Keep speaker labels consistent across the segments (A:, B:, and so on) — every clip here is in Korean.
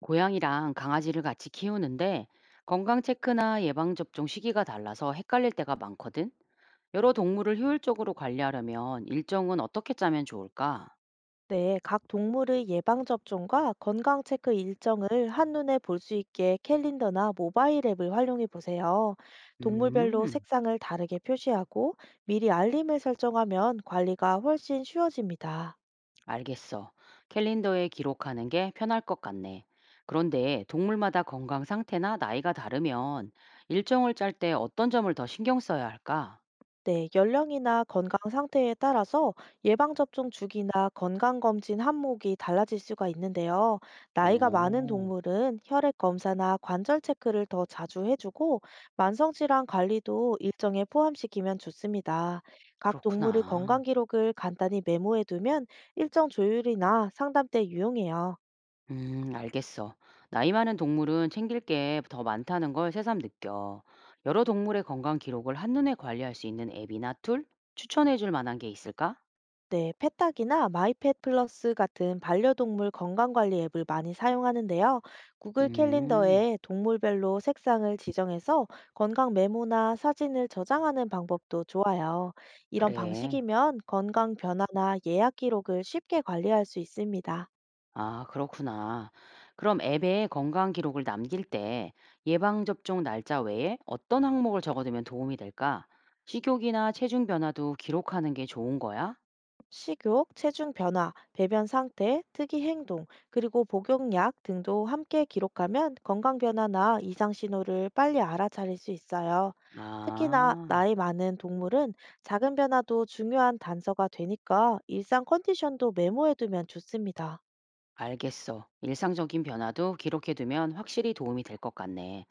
A: 고양이랑 강아지를 같이 키우는데 건강 체크나 예방접종 시기가 달라서 헷갈릴 때가 많거든. 여러 동물을 효율적으로 관리하려면 일정은 어떻게 짜면 좋을까?
B: 네, 각 동물의 예방접종과 건강체크 일정을 한눈에 볼 수 있게 캘린더나 모바일 앱을 활용해 보세요. 동물별로
A: 음,
B: 색상을 다르게 표시하고 미리 알림을 설정하면 관리가 훨씬 쉬워집니다.
A: 알겠어. 캘린더에 기록하는 게 편할 것 같네. 그런데 동물마다 건강 상태나 나이가 다르면 일정을 짤 때 어떤 점을 더 신경 써야 할까?
B: 네, 연령이나 건강 상태에 따라서 예방접종 주기나 건강검진 항목이 달라질 수가 있는데요. 나이가 많은
A: 오,
B: 동물은 혈액검사나 관절 체크를 더 자주 해주고, 만성질환 관리도 일정에 포함시키면 좋습니다. 각 동물의 건강
A: 그렇구나.
B: 기록을 간단히 메모해두면 일정 조율이나 상담 때 유용해요.
A: 알겠어. 나이 많은 동물은 챙길 게 더 많다는 걸 새삼 느껴. 여러 동물의 건강 기록을 한눈에 관리할 수 있는 앱이나 툴 추천해 줄 만한 게 있을까?
B: 네, 페탁이나 마이펫 플러스 같은 반려동물 건강관리 앱을 많이 사용하는데요. 구글
A: 음,
B: 캘린더에 동물별로 색상을 지정해서 건강 메모나 사진을 저장하는 방법도 좋아요. 이런
A: 그래.
B: 방식이면 건강 변화나 예약 기록을 쉽게 관리할 수 있습니다.
A: 아, 그렇구나. 그럼 앱에 건강 기록을 남길 때 예방접종 날짜 외에 어떤 항목을 적어두면 도움이 될까? 식욕이나 체중 변화도 기록하는 게 좋은 거야?
B: 식욕, 체중 변화, 배변 상태, 특이 행동, 그리고 복용약 등도 함께 기록하면 건강 변화나 이상 신호를 빨리 알아차릴 수 있어요. 특히나
A: 아,
B: 나이 많은 동물은 작은 변화도 중요한 단서가 되니까 일상 컨디션도 메모해두면 좋습니다.
A: 알겠어. 일상적인 변화도 기록해두면 확실히 도움이 될 것 같네.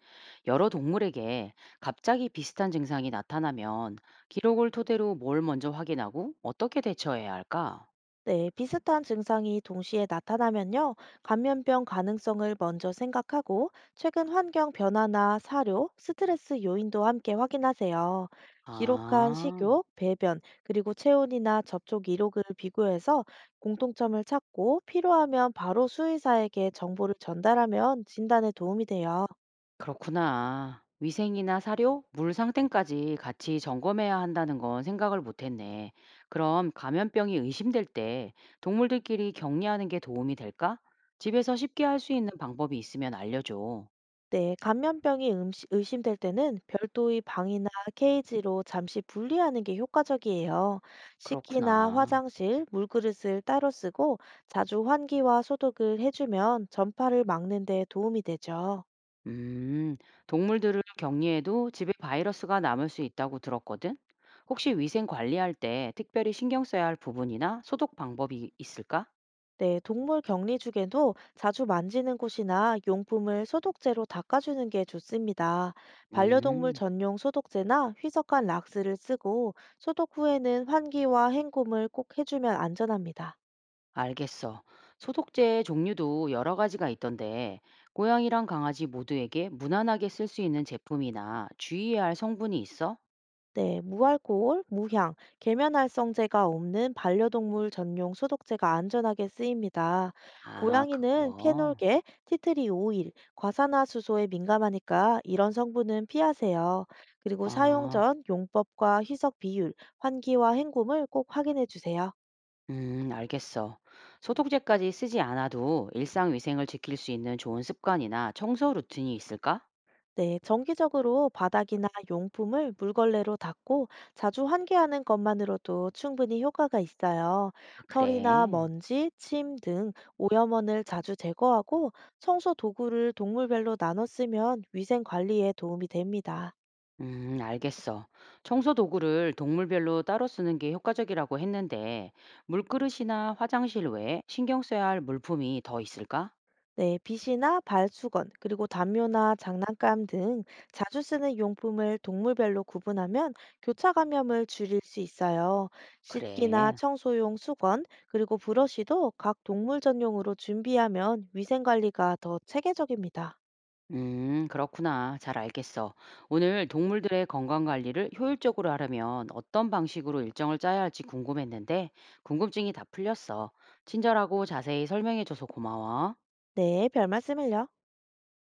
A: 여러 동물에게 갑자기 비슷한 증상이 나타나면 기록을 토대로 뭘 먼저 확인하고 어떻게 대처해야 할까?
B: 네, 비슷한 증상이 동시에 나타나면요, 감염병 가능성을 먼저 생각하고, 최근 환경 변화나 사료, 스트레스 요인도 함께 확인하세요. 기록한
A: 아,
B: 식욕, 배변, 그리고 체온이나 접촉 이력을 비교해서 공통점을 찾고 필요하면 바로 수의사에게 정보를 전달하면 진단에 도움이 돼요.
A: 그렇구나. 위생이나 사료, 물 상태까지 같이 점검해야 한다는 건 생각을 못했네. 그럼 감염병이 의심될 때 동물들끼리 격리하는 게 도움이 될까? 집에서 쉽게 할 수 있는 방법이 있으면 알려줘.
B: 네, 감염병이 의심될 때는 별도의 방이나 케이지로 잠시 분리하는 게 효과적이에요. 식기나
A: 그렇구나.
B: 화장실, 물그릇을 따로 쓰고 자주 환기와 소독을 해주면 전파를 막는 데 도움이 되죠.
A: 음, 동물들을 격리해도 집에 바이러스가 남을 수 있다고 들었거든? 혹시 위생 관리할 때 특별히 신경 써야 할 부분이나 소독 방법이 있을까?
B: 네, 동물 격리죽에도 자주 만지는 곳이나 용품을 소독제로 닦아주는 게 좋습니다. 반려동물
A: 음,
B: 전용 소독제나 휘석한 락스를 쓰고 소독 후에는 환기와 헹굼을 꼭 해주면 안전합니다.
A: 알겠어. 소독제의 종류도 여러 가지가 있던데, 고양이랑 강아지 모두에게 무난하게 쓸 수 있는 제품이나 주의해야 할 성분이 있어?
B: 네, 무알코올, 무향, 계면활성제가 없는 반려동물 전용 소독제가 안전하게 쓰입니다.
A: 아,
B: 고양이는
A: 그거.
B: 페놀계, 티트리 오일, 과산화수소에 민감하니까 이런 성분은 피하세요. 그리고 사용
A: 아,
B: 전 용법과 희석 비율, 환기와 헹굼을 꼭 확인해 주세요.
A: 알겠어. 소독제까지 쓰지 않아도 일상 위생을 지킬 수 있는 좋은 습관이나 청소 루틴이 있을까?
B: 네, 정기적으로 바닥이나 용품을 물걸레로 닦고 자주 환기하는 것만으로도 충분히 효과가 있어요.
A: 아,
B: 털이나
A: 그래?
B: 먼지, 침 등 오염원을 자주 제거하고 청소 도구를 동물별로 나눠 쓰면 위생 관리에 도움이 됩니다.
A: 음, 알겠어. 청소 도구를 동물별로 따로 쓰는 게 효과적이라고 했는데 물그릇이나 화장실 외에 신경 써야 할 물품이 더 있을까?
B: 네, 빗이나 발수건, 그리고 담요나 장난감 등 자주 쓰는 용품을 동물별로 구분하면 교차 감염을 줄일 수 있어요. 씻기나
A: 그래.
B: 청소용 수건, 그리고 브러쉬도 각 동물 전용으로 준비하면 위생 관리가 더 체계적입니다.
A: 그렇구나. 잘 알겠어. 오늘 동물들의 건강 관리를 효율적으로 하려면 어떤 방식으로 일정을 짜야 할지 궁금했는데 궁금증이 다 풀렸어. 친절하고 자세히 설명해줘서 고마워.
B: 네, 별 말씀을요.